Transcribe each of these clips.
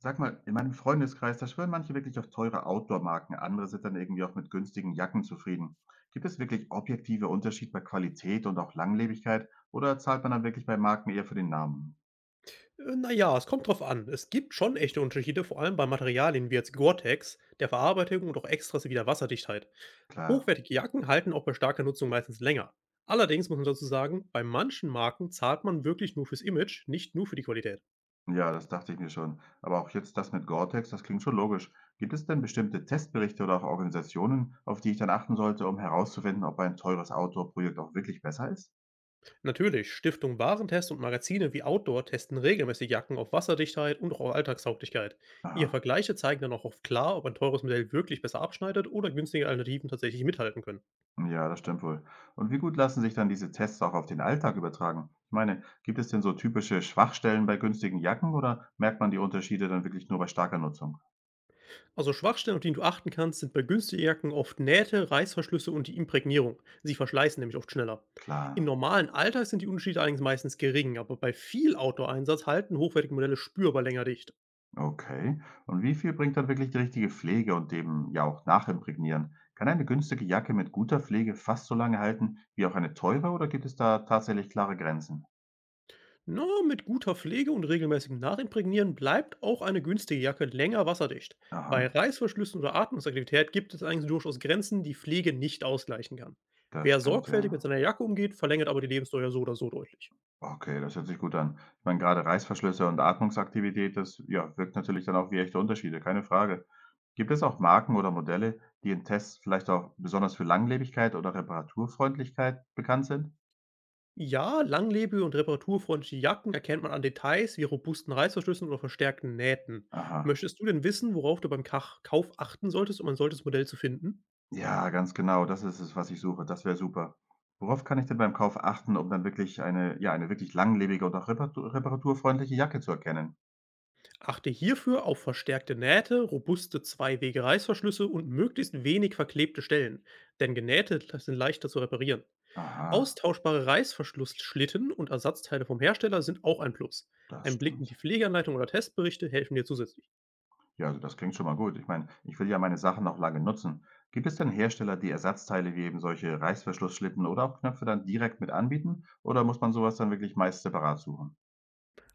Sag mal, in meinem Freundeskreis, da schwören manche wirklich auf teure Outdoor-Marken, andere sind dann irgendwie auch mit günstigen Jacken zufrieden. Gibt es wirklich objektive Unterschied bei Qualität und auch Langlebigkeit oder zahlt man dann wirklich bei Marken eher für den Namen? Es kommt drauf an. Es gibt schon echte Unterschiede, vor allem bei Materialien wie jetzt Gore-Tex, der Verarbeitung und auch Extras wie der Wasserdichtheit. Klar, Hochwertige Jacken halten auch bei starker Nutzung meistens länger. Allerdings muss man dazu sagen, bei manchen Marken zahlt man wirklich nur fürs Image, nicht nur für die Qualität. ja, das dachte ich mir schon. Aber auch jetzt das mit Gore-Tex, das klingt schon logisch. Gibt es denn bestimmte Testberichte oder auch Organisationen, auf die ich dann achten sollte, um herauszufinden, ob ein teures Outdoor-Projekt auch wirklich besser ist? Natürlich, Stiftungen Warentest und Magazine wie Outdoor testen regelmäßig Jacken auf Wasserdichtheit und auch auf Alltagstauglichkeit. Ihre Aha. Vergleiche zeigen dann auch oft klar, ob ein teures Modell wirklich besser abschneidet oder günstige Alternativen tatsächlich mithalten können. Ja, das stimmt wohl. Und wie gut lassen sich dann diese Tests auch auf den Alltag übertragen? Ich meine, gibt es denn so typische Schwachstellen bei günstigen Jacken oder merkt man die Unterschiede dann wirklich nur bei starker Nutzung? Also Schwachstellen, auf die du achten kannst, sind bei günstigen Jacken oft Nähte, Reißverschlüsse und die Imprägnierung. Sie verschleißen nämlich oft schneller. Im Klar, normalen Alltag sind die Unterschiede allerdings meistens gering, aber bei viel Outdoor-Einsatz halten hochwertige Modelle spürbar länger dicht. okay. Und wie viel bringt dann wirklich die richtige Pflege und dem ja auch Nachimprägnieren? Kann eine günstige Jacke mit guter Pflege fast so lange halten wie auch eine teure oder gibt es da tatsächlich klare Grenzen? Nur mit guter Pflege und regelmäßigem Nachimprägnieren bleibt auch eine günstige Jacke länger wasserdicht. Bei Aha, Reißverschlüssen oder Atmungsaktivität gibt es eigentlich durchaus Grenzen, die Pflege nicht ausgleichen kann. das Wer stimmt, sorgfältig mit ja. seiner Jacke umgeht, verlängert aber die Lebensdauer ja so oder so deutlich. Okay, das hört sich gut an. Ich meine, gerade Reißverschlüsse und Atmungsaktivität, das ja, wirkt natürlich dann auch wie echte Unterschiede, keine Frage. Gibt es auch Marken oder Modelle, die in Tests vielleicht auch besonders für Langlebigkeit oder Reparaturfreundlichkeit bekannt sind? Ja, langlebige und reparaturfreundliche Jacken erkennt man an Details wie robusten Reißverschlüssen oder verstärkten Nähten. Aha. Möchtest du denn wissen, worauf du beim Kach Kauf achten solltest, um ein solches Modell zu finden? Ja, ganz genau, das ist es, was ich suche. Das wäre super. Worauf kann ich denn beim Kauf achten, um dann wirklich eine, ja, eine wirklich langlebige und auch reparaturfreundliche Jacke zu erkennen? Achte hierfür auf verstärkte Nähte, robuste Zwei-Wege-Reißverschlüsse und möglichst wenig verklebte Stellen, denn genähte sind leichter zu reparieren. Aha, Austauschbare Reißverschlussschlitten und Ersatzteile vom Hersteller sind auch ein Plus. das Ein Blick in die stimmt. Pflegeanleitung oder Testberichte helfen dir zusätzlich. Ja, also das klingt schon mal gut. Ich meine, ich will ja meine Sachen noch lange nutzen. Gibt es denn Hersteller, die Ersatzteile wie eben solche Reißverschlussschlitten oder auch Knöpfe dann direkt mit anbieten? Oder muss man sowas dann wirklich meist separat suchen?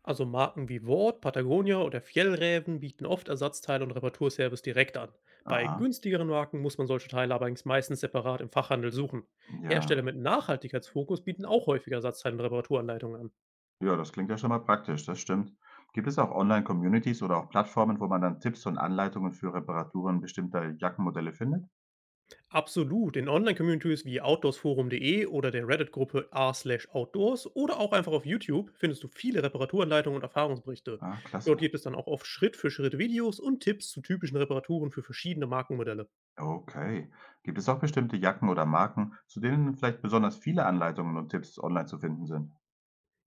Also Marken wie Ward, Patagonia oder Fjellräven bieten oft Ersatzteile und Reparaturservice direkt an. Bei Aha, günstigeren Marken muss man solche Teile allerdings meistens separat im Fachhandel suchen. ja. Hersteller mit Nachhaltigkeitsfokus bieten auch häufig Ersatzteile und Reparaturanleitungen an. Ja, das klingt ja schon mal praktisch, das stimmt. Gibt es auch Online-Communities oder auch Plattformen, wo man dann Tipps und Anleitungen für Reparaturen bestimmter Jackenmodelle findet? Absolut, in Online-Communities wie outdoorsforum.de oder der Reddit-Gruppe r/outdoors oder auch einfach auf YouTube findest du viele Reparaturanleitungen und Erfahrungsberichte. Ah, klasse. Dort gibt es dann auch oft Schritt-für-Schritt-Videos und Tipps zu typischen Reparaturen für verschiedene Markenmodelle. Okay. Gibt es auch bestimmte Jacken oder Marken, zu denen vielleicht besonders viele Anleitungen und Tipps online zu finden sind?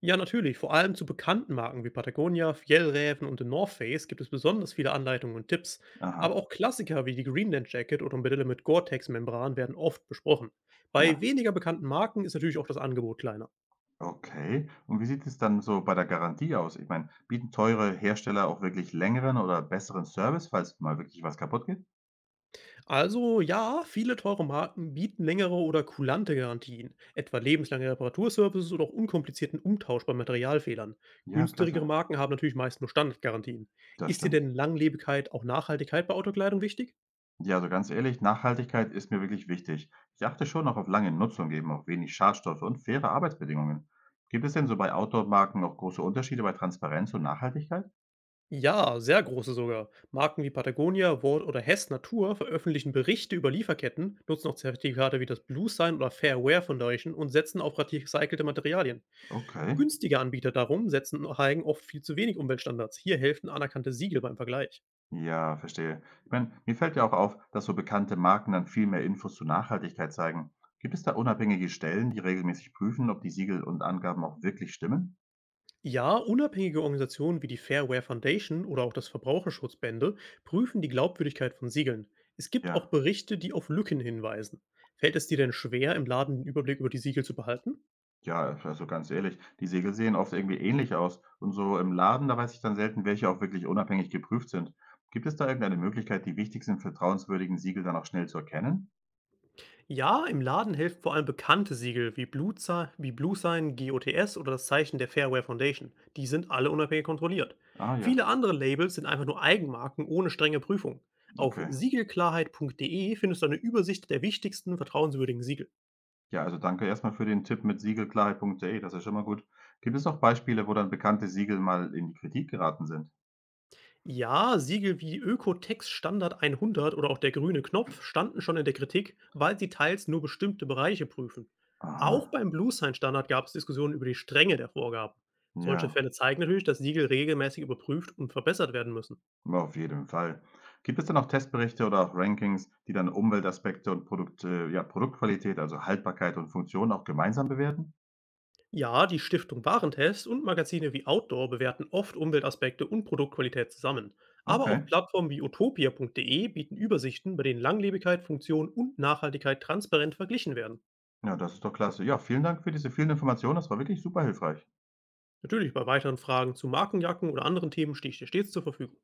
Ja, natürlich. Vor allem zu bekannten Marken wie Patagonia, Fjellräven und The North Face gibt es besonders viele Anleitungen und Tipps. Aha, Aber auch Klassiker wie die Greenland Jacket oder Modelle mit Gore-Tex-Membran werden oft besprochen. Bei ja. weniger bekannten Marken ist natürlich auch das Angebot kleiner. Okay. Und wie sieht es dann so bei der Garantie aus? Ich meine, bieten teure Hersteller auch wirklich längeren oder besseren Service, falls mal wirklich was kaputt geht? Also ja, viele teure Marken bieten längere oder kulante Garantien, etwa lebenslange Reparaturservices oder auch unkomplizierten Umtausch bei Materialfehlern. Ja, Günstigere klasse. Marken haben natürlich meist nur Standardgarantien. Das Ist dir stimmt. denn Langlebigkeit, auch Nachhaltigkeit bei Autokleidung wichtig? Ja, also ganz ehrlich, Nachhaltigkeit ist mir wirklich wichtig. Ich achte schon auch auf lange Nutzung, eben auf wenig Schadstoffe und faire Arbeitsbedingungen. Gibt es denn so bei Outdoor-Marken auch große Unterschiede bei Transparenz und Nachhaltigkeit? Ja, sehr große sogar. Marken wie Patagonia, Ward oder Hess Natur veröffentlichen Berichte über Lieferketten, nutzen auch Zertifikate wie das Blue Sign oder Fairware Foundation und setzen auf recycelte Materialien. Okay. Günstige Anbieter darum setzen und hegen oft viel zu wenig Umweltstandards. Hier helfen anerkannte Siegel beim Vergleich. Ja, verstehe. Ich meine, mir fällt ja auch auf, dass so bekannte Marken dann viel mehr Infos zur Nachhaltigkeit zeigen. Gibt es da unabhängige Stellen, die regelmäßig prüfen, ob die Siegel und Angaben auch wirklich stimmen? Ja, unabhängige Organisationen wie die Fairware Foundation oder auch das Verbraucherschutzbände prüfen die Glaubwürdigkeit von Siegeln. Es gibt auch Ja, Berichte, die auf Lücken hinweisen. Fällt es dir denn schwer, im Laden den Überblick über die Siegel zu behalten? ja, also ganz ehrlich, die Siegel sehen oft irgendwie ähnlich aus. Und so im Laden, da weiß ich dann selten, welche auch wirklich unabhängig geprüft sind. Gibt es da irgendeine Möglichkeit, die wichtigsten vertrauenswürdigen Siegel dann auch schnell zu erkennen? Ja, im Laden helfen vor allem bekannte Siegel wie Blue Sign, GOTS oder das Zeichen der Fairware Foundation. Die sind alle unabhängig kontrolliert. Ah ja, Viele andere Labels sind einfach nur Eigenmarken ohne strenge Prüfung. Auf okay. siegelklarheit.de findest du eine Übersicht der wichtigsten vertrauenswürdigen Siegel. Ja, also danke erstmal für den Tipp mit siegelklarheit.de, das ist ja schon mal gut. Gibt es auch Beispiele, wo dann bekannte Siegel mal in die Kritik geraten sind? Ja, Siegel wie Ökotex Standard 100 oder auch der grüne Knopf standen schon in der Kritik, weil sie teils nur bestimmte Bereiche prüfen. Aha, Auch beim Bluesign-Standard gab es Diskussionen über die Strenge der Vorgaben. Solche ja, Fälle zeigen natürlich, dass Siegel regelmäßig überprüft und verbessert werden müssen. auf jeden Fall. Gibt es denn auch Testberichte oder auch Rankings, die dann Umweltaspekte und ja, Produktqualität, also Haltbarkeit und Funktion auch gemeinsam bewerten? Ja, die Stiftung Warentest und Magazine wie Outdoor bewerten oft Umweltaspekte und Produktqualität zusammen. Aber Okay, auch Plattformen wie utopia.de bieten Übersichten, bei denen Langlebigkeit, Funktion und Nachhaltigkeit transparent verglichen werden. ja, das ist doch klasse. Ja, vielen Dank für diese vielen Informationen. Das war wirklich super hilfreich. Natürlich, bei weiteren Fragen zu Markenjacken oder anderen Themen stehe ich dir stets zur Verfügung.